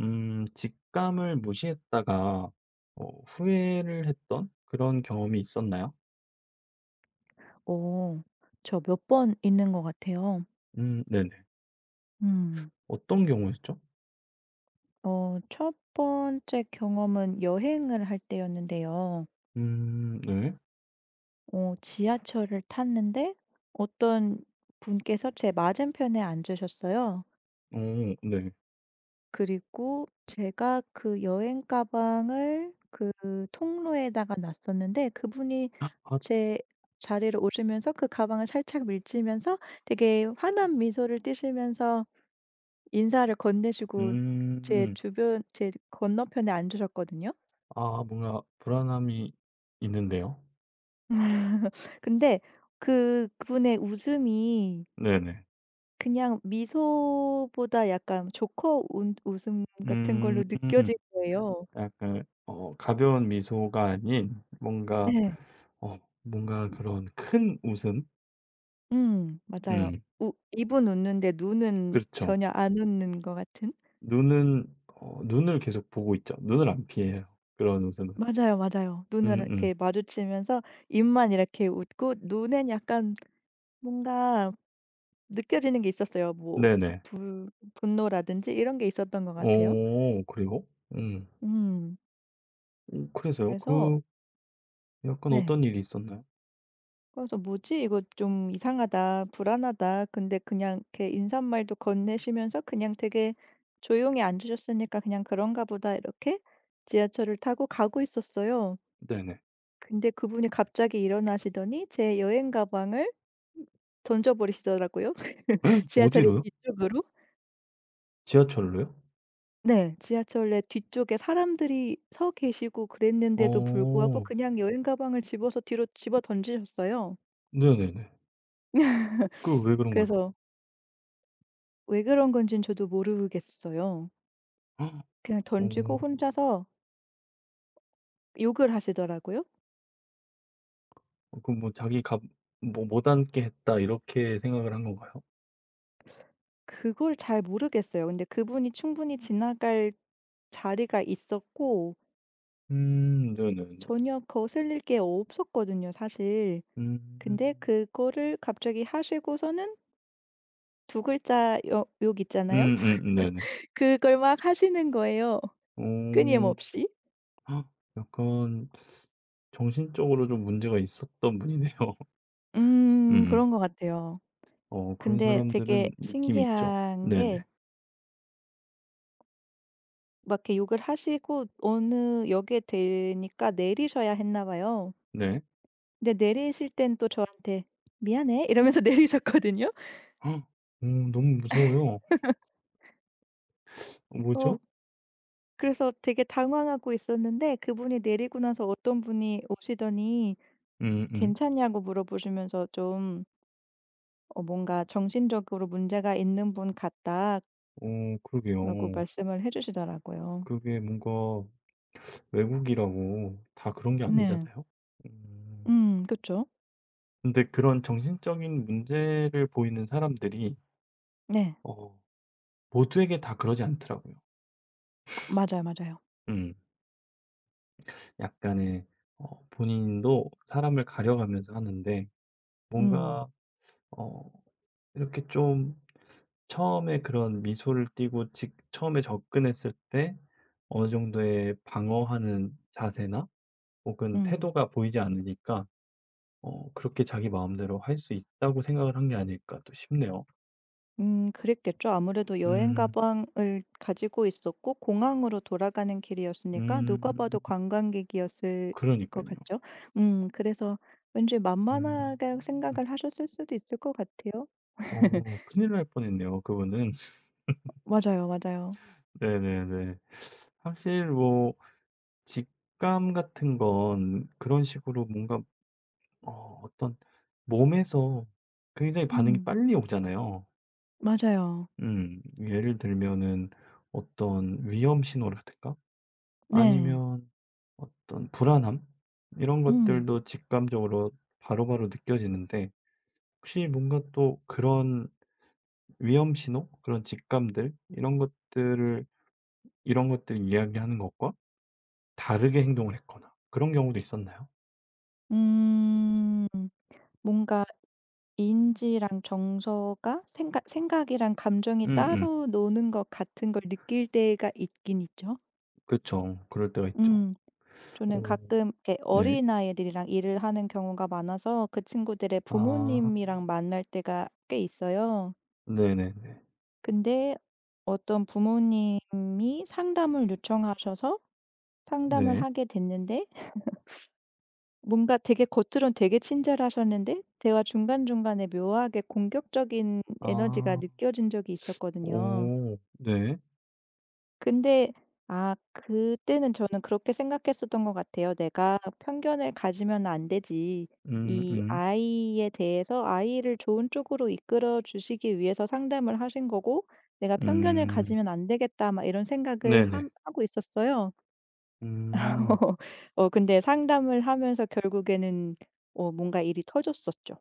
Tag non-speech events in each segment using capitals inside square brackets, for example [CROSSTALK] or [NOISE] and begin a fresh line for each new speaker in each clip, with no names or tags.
직감을 무시했다가 후회를 했던 그런 경험이 있었나요?
어. 저 몇 번 있는 것 같아요.
음, 네네.
음.
어떤 경우였죠?
어 첫 번째 경험은 여행을 할 때였는데요.
음. 네.
지하철을 탔는데 어떤 분께서 제 맞은편에 앉으셨어요.
오, 네.
그리고 제가 그 여행 가방을 통로에다가 놨었는데 그분이
[LAUGHS] 아.
제 자리로 오시면서 그 가방을 살짝 밀치면서 되게 환한 미소를 띠시면서 인사를 건네시고
음.
제 건너편에 앉으셨거든요.
아, 뭔가 불안함이 있는데요.
[LAUGHS] 근데 그분의 웃음이
네네.
그냥 미소보다 약간 조커 웃 웃음 같은 걸로
음.
느껴진 거예요.
약간 가벼운 미소가 아닌 뭔가
네.
뭔가 그런 큰 웃음?
맞아요.
음,
우 입은 웃는데 눈은
그렇죠.
전혀 안 웃는 것 같은?
눈은 어 눈을 계속 보고 있죠. 눈을 안 피해요, 그런 웃음은.
맞아요, 맞아요. 눈을
음음.
이렇게 마주치면서 입만 이렇게 웃고 눈엔 약간 뭔가 느껴지는 게 있었어요. 뭐
네네.
불 분노라든지 이런 게 있었던 것 같아요.
어, 그래요? 음.
음.
그래서요?
그래서
약간
네.
어떤 일이 있었나요?
그래서 '뭐지? 이거 좀 이상하다. 불안하다.' 근데 그냥 이렇게 인사말도 건네시면서 그냥 되게 조용히 앉으셨으니까 '그냥 그런가 보다.' 이렇게 지하철을 타고 가고 있었어요.
네네.
근데 그분이 갑자기 일어나시더니 제 여행 가방을 던져 버리시더라고요. [LAUGHS]
[LAUGHS]
지하철이
어디로요?
뒤쪽으로.
지하철로요?
네. 지하철역 뒤쪽에 사람들이 서 계시고 그랬는데도 불구하고
어.
그냥 여행 가방을 집어서 뒤로 집어 던지셨어요.
네네네. 왜 그런 거예요?
그래서 왜 그런 건진 저도 모르겠어요.
[GASPS]
그냥
어.
던지고 혼자서 욕을 하시더라고요.
뭐 '자기 값 뭐 못 앉게 했다.' 이렇게 생각을 한 건가요?
그걸 잘 모르겠어요. 근데 그분이 충분히 지나갈 자리가 있었고
음, 네네네.
전혀 거슬릴 게 없었거든요 사실. 근데
음.
그거를 갑자기 하시고서는 두 글자 여 욕 있잖아요.
음음, 네네.
[LAUGHS] 그걸 막 하시는 거예요
어.
끊임없이.
[GASPS] 약간 정신적으로 좀 문제가 있었던 분이네요. [LAUGHS] 음음.
그런 것 같아요.
그런
근데 되게
사람들은 느낌이 있죠.
신기한
네네.
게 막 이렇게 욕을 하시고 어느 역에 되니까 내리셔야 했나 봐요.
네.
근데 내리실 땐 또 저한테 "미안해." 이러면서 [LAUGHS] 내리셨거든요.
헉! 어 너무 무서워요.
어
뭐죠?
그래서 되게 당황하고 있었는데 그분이 내리고 나서 어떤 분이 오시더니
음음.
괜찮냐고 물어보시면서 좀 "뭔가 정신적으로 문제가 있는 분 같다."라고
어 그러게요.
말씀을 해 주시더라고요.
그게 뭔가 외국이라고 다 그런 게
네.
아니잖아요. 음.
그쵸.
근데 그런 정신적인 문제를 보이는 사람들이
네.
어 모두에게 다 그러지 않더라고요.
맞아요, 맞아요.
음. 약간의 본인도 사람을 가려가면서 하는데
음.
뭔가 어 이렇게 좀 처음에 그런 미소를 띠고 직 처음에 접근했을 때 어느 정도의 방어하는 자세나 혹은
음.
태도가 보이지 않으니까 그렇게 자기 마음대로 할 수 있다고 생각을 한 게 아닐까 또 싶네요.
그랬겠죠. 아무래도 여행
음.
가방을 가지고 있었고 공항으로 돌아가는 길이었으니까 누가
음.
봐도 관광객이었을
그러니까
것
요
같죠. 그래서 왠지
음.
만만하게 생각을 하셨을 수도 있을 것 같아요. [LAUGHS]
큰일 날 뻔했네요, 그분은. [LAUGHS]
맞아요, 맞아요.
네네네. 사실 뭐 직감 같은 건 그런 식으로 뭔가 어 어떤 몸에서 굉장히 반응이
음
빨리 오잖아요.
맞아요.
음. 예를 들면은 어떤 위험 신호라든가
네.
아니면 어떤 불안함, 이런
음.
것들도 직감적으로 바로바로 느껴지는데 혹시 뭔가 또 그런 위험 신호, 그런 직감들, 이런 것들 이야기하는 것과 다르게 행동을 했거나 그런 경우도 있었나요?
음. 뭔가 인지랑 정서가 생각이랑 감정이
음음.
따로 노는 것 같은 걸 느낄 때가 있긴 있죠.
그쵸. 그럴 때가 있죠.
음. 저는
오.
가끔 이렇게
네.
어린아이들이랑 일을 하는 경우가 많아서 그 친구들의
아.
부모님이랑 만날 때가 꽤 있어요.
네네네.
근데 어떤 부모님이 상담을 요청하셔서 상담을
네.
하게 됐는데 뭔가 되게 겉으론 되게 친절하셨는데 대화 중간중간에 묘하게 공격적인 에너지가
아.
느껴진 적이 있었거든요.
오. 네.
근데 아 그때는 저는 그렇게 생각했었던 것 같아요. '내가 편견을 가지면 안 되지.
음,
이 아이에 대해서 아이를 좋은 쪽으로 이끌어 주시기 위해서 상담을 하신 거고 내가 편견을
음.
가지면 안 되겠다.' 막 이런 생각을
네네.
함 하고 있었어요.
음.
[LAUGHS] 어 근데 상담을 하면서 결국에는 어 뭔가 일이 터졌었죠.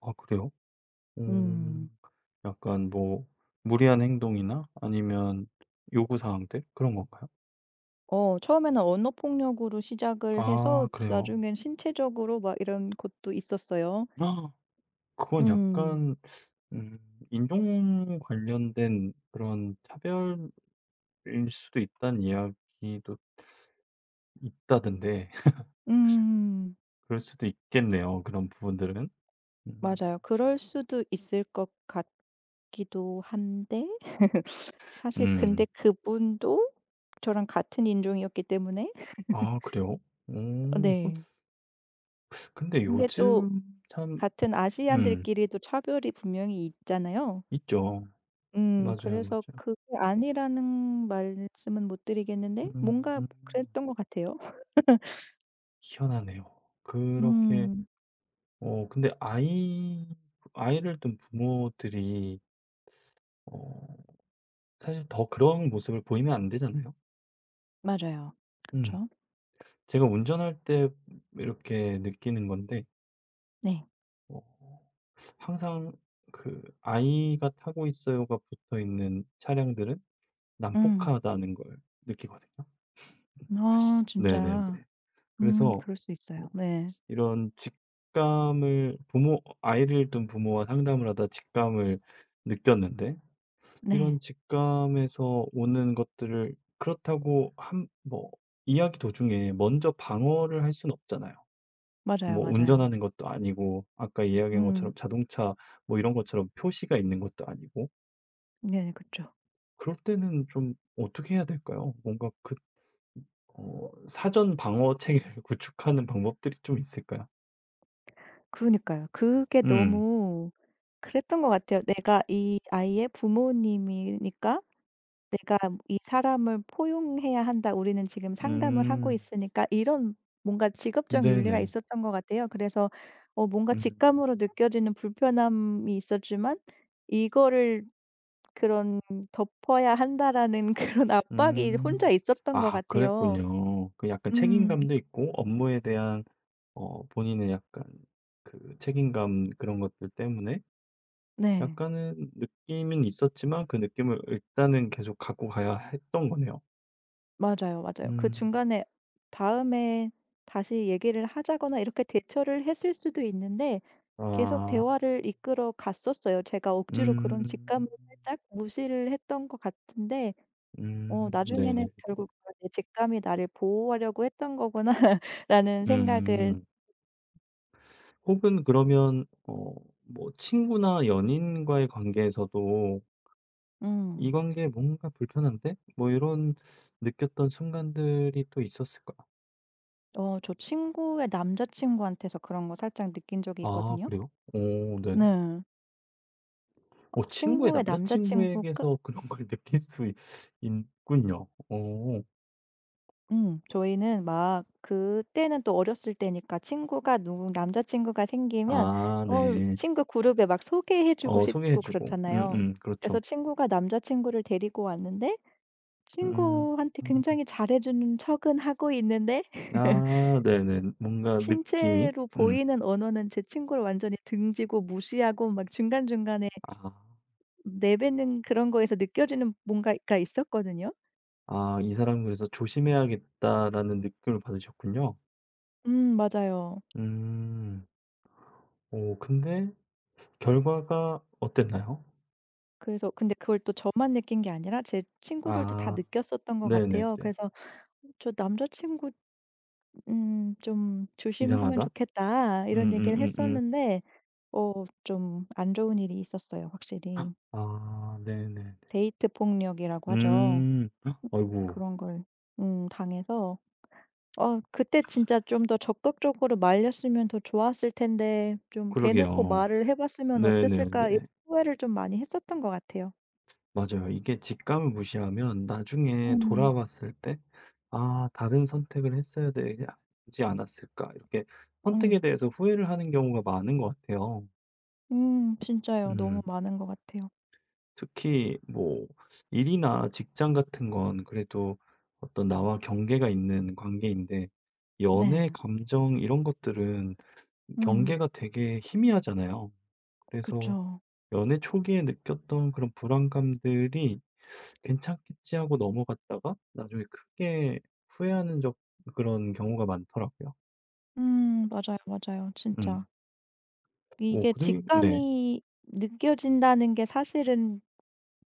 아, 그래요? 음.
음.
약간 뭐 무리한 행동이나 아니면 요구 사항들, 그런 건가요?
어 처음에는 언어 폭력으로 시작을 해서
아, 그래요.
나중엔 신체적으로 막 이런 것도 있었어요.
아, 그건
음.
약간 음 인종 관련된 그런 차별일 수도 있다는 이야기도 있다던데 [LAUGHS]
음.
그럴 수도 있겠네요, 그런 부분들은. 음.
맞아요. 그럴 수도 있을 것 같기도 한데 [LAUGHS] 사실 근데
음.
그분도 저랑 같은 인종이었기 때문에 [LAUGHS]
아, 그래요? 음.
네.
근데
근데 또
요즘 참.
같은
음.
아시안들끼리도 차별이 분명히 있잖아요.
있죠. 맞아요,
그래서
맞아요.
그게 아니라는 말씀은 못 드리겠는데 뭔가
음.
그랬던 것 같아요.
희한하네요. 그렇게.
음.
근데 아이를 둔 부모들이 어 사실 더 그런 모습을 보이면 안 되잖아요.
맞아요.
음.
그쵸.
제가 운전할 때 이렇게 느끼는 건데
네.
어 항상 그 "아이가 타고 있어요."가 붙어 있는 차량들은
음.
난폭하다는 걸 느끼거든요.
아
네네네.
진짜.
그래서
그럴 수
어
있어요. 네.
이런 직감을 부모 아이를 둔 부모와 상담을 하다 직감을 느꼈는데
네.
이런 직감에서 오는 것들을 그렇다고 한 뭐 이야기 도중에 먼저 방어를 할 수는 없잖아요.
맞아요,
뭐
맞아요.
운전하는 것도 아니고 아까 이야기한
음.
것처럼 자동차 뭐 이런 것처럼 표시가 있는 것도 아니고
네 그렇죠
그럴 때는 좀 어떻게 해야 될까요? 뭔가 사전 방어 체계를 [LAUGHS] 구축하는 방법들이 좀 있을까요?
그니까요. 러 그게
음.
너무 그랬던 것 같아요. 내가 이 아이의 부모님이니까 내가 이 사람을 포용해야 한다. 우리는 지금 상담을 하고
음.
있으니까 이런 뭔가 직업적 윤리가
네네.
있었던 것 같아요. 그래서 어 뭔가
음.
직감으로 느껴지는 불편함이 있었지만 이거를 그런 '덮어야 한다.'라는 [LAUGHS] 그런 압박이
음.
혼자 있었던 것
아,
같아요.
그랬군요. 약간
음.
책임감도 있고 업무에 대한 본인의 약간 그 책임감, 그런 것들 때문에
네.
약간은 느낌은 있었지만 그 느낌을 일단은 계속 갖고 가야 했던 거네요.
맞아요, 맞아요. 그
음.
중간에 다음에 다시 얘기를 하자거나 이렇게 대처를 했을 수도 있는데 계속
아.
대화를 이끌어 갔었어요. 제가 억지로 그런
음.
직감을 살짝 무시를 했던 것 같은데 어
음.
나중에는
네네네.
결국 아 '내 직감이 나를 보호하려고 했던 거구나.'라는 [LAUGHS] 생각을
음. 혹은 그러면 뭐 친구나 연인과의 관계에서도
음.
'이 관계 뭔가 불편한데?' 뭐 이런 느꼈던 순간들이 또 있었을 까?
어 저 친구의 남자 친구한테서 그런 거 살짝 느낀 적이
아,
있거든요.
그래요? 오, 네네.
네.
오, 친구의
친구의
남자
남자 친구가
친구에게서 그런 걸 [LAUGHS] 느낄 수 있 있군요. 오.
저희는 막 그때는 또 어렸을 때니까 친구가 누구 남자 친구가 생기면
아,
어
네.
친구 그룹에 막 소개해 주고
소개해
싶고
주고.
그렇잖아요.
음음.
그래서
그렇죠.
친구가 남자 친구를 데리고 왔는데
음.
친구한테 굉장히 잘해 주는 척은 하고 있는데 [LAUGHS]
아, 네네. 뭔가 느낌이.
신체로
음.
보이는 언어는 제 친구를 완전히 등지고 무시하고 막 중간중간에
아.
내뱉는 그런 거에서 느껴지는 뭔가가 있었거든요.
아, '이 사람은 그래서 조심해야겠다.'라는 느낌을 받으셨군요.
맞아요.
음. 오, 근데 결과가 어땠나요?
그래서 근데 그걸 또 저만 느낀 게 아니라 제 친구들도 다
아,
느꼈었던 것
네네네.
같아요. 그래서 "저 남자친구 좀 조심하면
이상하다.
좋겠다." 이런 얘기를
음음음음.
했었는데 어 좀 안 좋은 일이 있었어요 확실히.
아, 네네네.
데이트 폭력이라고 하죠.
음. 아이고.
그런 걸 당해서 어 그때 진짜 좀 더 적극적으로 말렸으면 더 좋았을 텐데 좀 대놓고
그러게요.
말을 해 봤으면 어땠을까 이런
네네네.
후회를 좀 많이 했었던 것 같아요.
맞아요. 이게 직감을 무시하면 나중에
음.
돌아봤을 때 '아, 다른 선택을 했어야 되지 않았을까.' 이렇게 선택에
음.
대해서 후회를 하는 경우가 많은 것 같아요.
진짜요. 너무
음.
많은 것 같아요.
특히 뭐 일이나 직장 같은 건 그래도 어떤 나와 경계가 있는 관계인데 연애,
네.
감정, 이런 것들은
음
경계가 되게 희미하잖아요. 그래서
그쵸.
연애 초기에 느꼈던 그런 불안감들이 '괜찮겠지.' 하고 넘어갔다가 나중에 크게 후회하는 적 그런 경우가 많더라고요.
맞아요, 맞아요. 진짜.
음. 뭐
이게
그리 네.
직감이 느껴진다는 게 사실은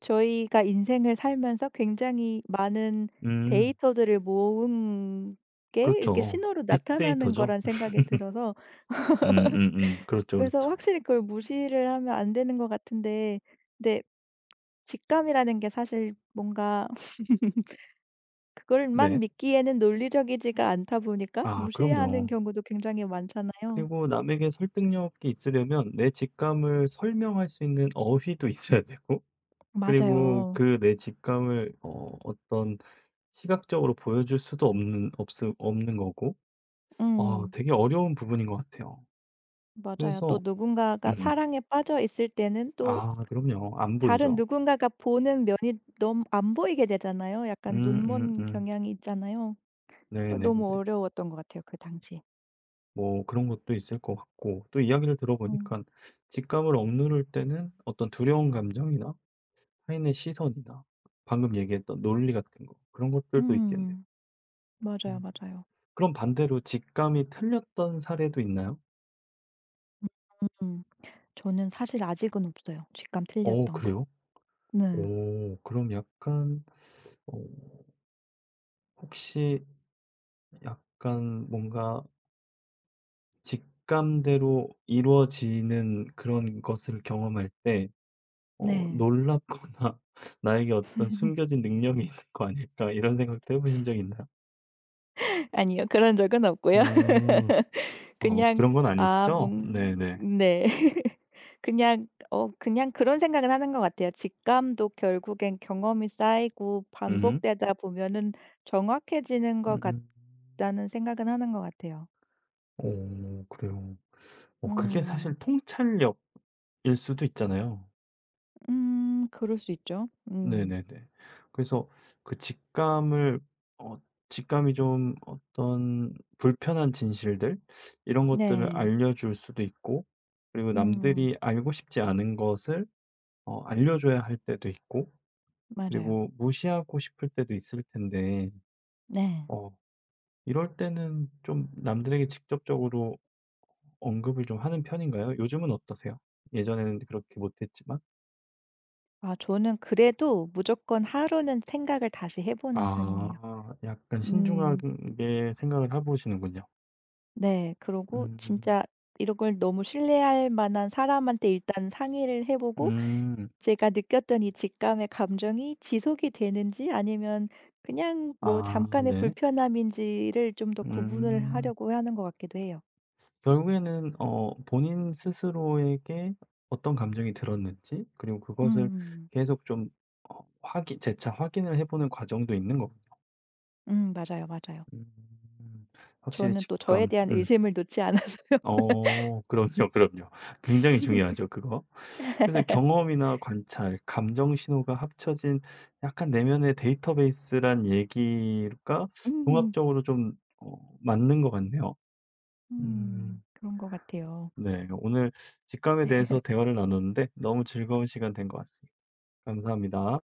저희가 인생을 살면서 굉장히 많은
음.
데이터들을 모은 게 이렇게
그렇죠.
신호로 나타나는
빅데이터죠.
거란
[LAUGHS]
생각이 들어서
그렇죠,
그래서
그렇죠.
확실히 그걸 무시를 하면 안 되는 것 같은데 근데 직감이라는 게 사실 뭔가 그걸만
네.
믿기에는 논리적이지가 않다 보니까
아,
무시하는
그럼요.
경우도 굉장히 많잖아요.
그리고 남에게 설득력이 있으려면 내 직감을 설명할 수 있는 어휘도 [LAUGHS] 있어야 되고 그리고
맞아요.
그 내 직감을 어떤 시각적으로 보여줄 수도 없는 거고
음.
되게 어려운 부분인 것 같아요.
맞아요. 또
그래서.
누군가가
음.
사랑에 빠져 있을 때는 또
아, 그럼요. 안
다른
보이죠.
누군가가 보는 면이 너무 안 보이게 되잖아요. 약간 눈먼
음음음.
경향이 있잖아요. 그걸
네네네.
너무 어려웠던 것 같아요 그 당시
뭐 그런 것도 있을 것 같고 또 이야기를
음.
들어보니까 직감을 억누를 때는 어떤 두려운 감정이나 타인의 시선이나 방금 얘기했던 논리 같은 거, 그런 것들도 있겠네요.
음. 맞아요,
음.
맞아요.
그럼 반대로 직감이 틀렸던 사례도 있나요?
음. 저는 사실 아직은 없어요, 직감 틀렸던 거.
그래요?
네.
오, 그럼 약간 어 혹시 약간 뭔가 직감대로 이루어지는 그런 것을 경험할 때
네.
'놀랍거나 [LAUGHS] 나에게 어떤 숨겨진 능력이 있는 거 아닐까.' 이런 생각도 해 보신 적 있나요?
[LAUGHS] 아니요. 그런 적은 없고요.
음.
그냥
그런 건
아
아니시죠?
뭔
네네.
네. [LAUGHS] 그냥 그냥 그런 생각은 하는 것 같아요. 직감도 결국엔 경험이 쌓이고
음음.
반복되다 보면은 정확해지는 것
음.
같다는 생각은 하는 것 같아요.
오, 그래요. 그게 사실
음.
통찰력일 수도 있잖아요.
그럴 수 있죠. 음.
네네네. 그래서 그 직감을 어 직감이 좀 어떤 불편한 진실들, 이런 것들을
네.
알려줄 수도 있고 그리고
음
남들이 알고 싶지 않은 것을 알려줘야 할 때도 있고
맞아요.
그리고 무시하고 싶을 때도 있을 텐데
네.
어 이럴 때는 좀 남들에게 직접적으로 언급을 좀 하는 편인가요? 요즘은 어떠세요? 예전에는 그렇게 못했지만?
아 저는 그래도 무조건 하루는 생각을 다시 해 보는 편이에요.
아, 약간
음.
신중하게 생각을 해 보시는군요.
네. 그러고
음.
진짜 이런 걸 너무 신뢰할 만한 사람한테 일단 상의를 해 보고
음.
제가 느꼈던 이 직감의 감정이 지속이 되는지 아니면 그냥 뭐
아,
잠깐의
네.
불편함인지를 좀 더 구분을
음.
하려고 하는 것 같기도 해요.
결국에는 본인 스스로에게 어떤 감정이 들었는지 그리고 그것을
음.
계속 좀 어 확인 재차 확인을 해 보는 과정도 있는 거군요.
맞아요, 맞아요.
음. 확실히
저는 또 저에
직감.
대한
음.
의심을 놓지 않아서
그럼요, 그럼요. 굉장히 중요하죠, 그거. 그래서 경험이나 관찰, 감정 신호가 합쳐진 약간 내면의 데이터베이스란 얘기가
[LAUGHS] 음.
종합적으로 좀 맞는 것 같네요. 음,
음. 그런 것 같아요.
네. 오늘 직감에 대해서 대화를 나눴는데 너무 즐거운 시간 된 것 같습니다. 감사합니다.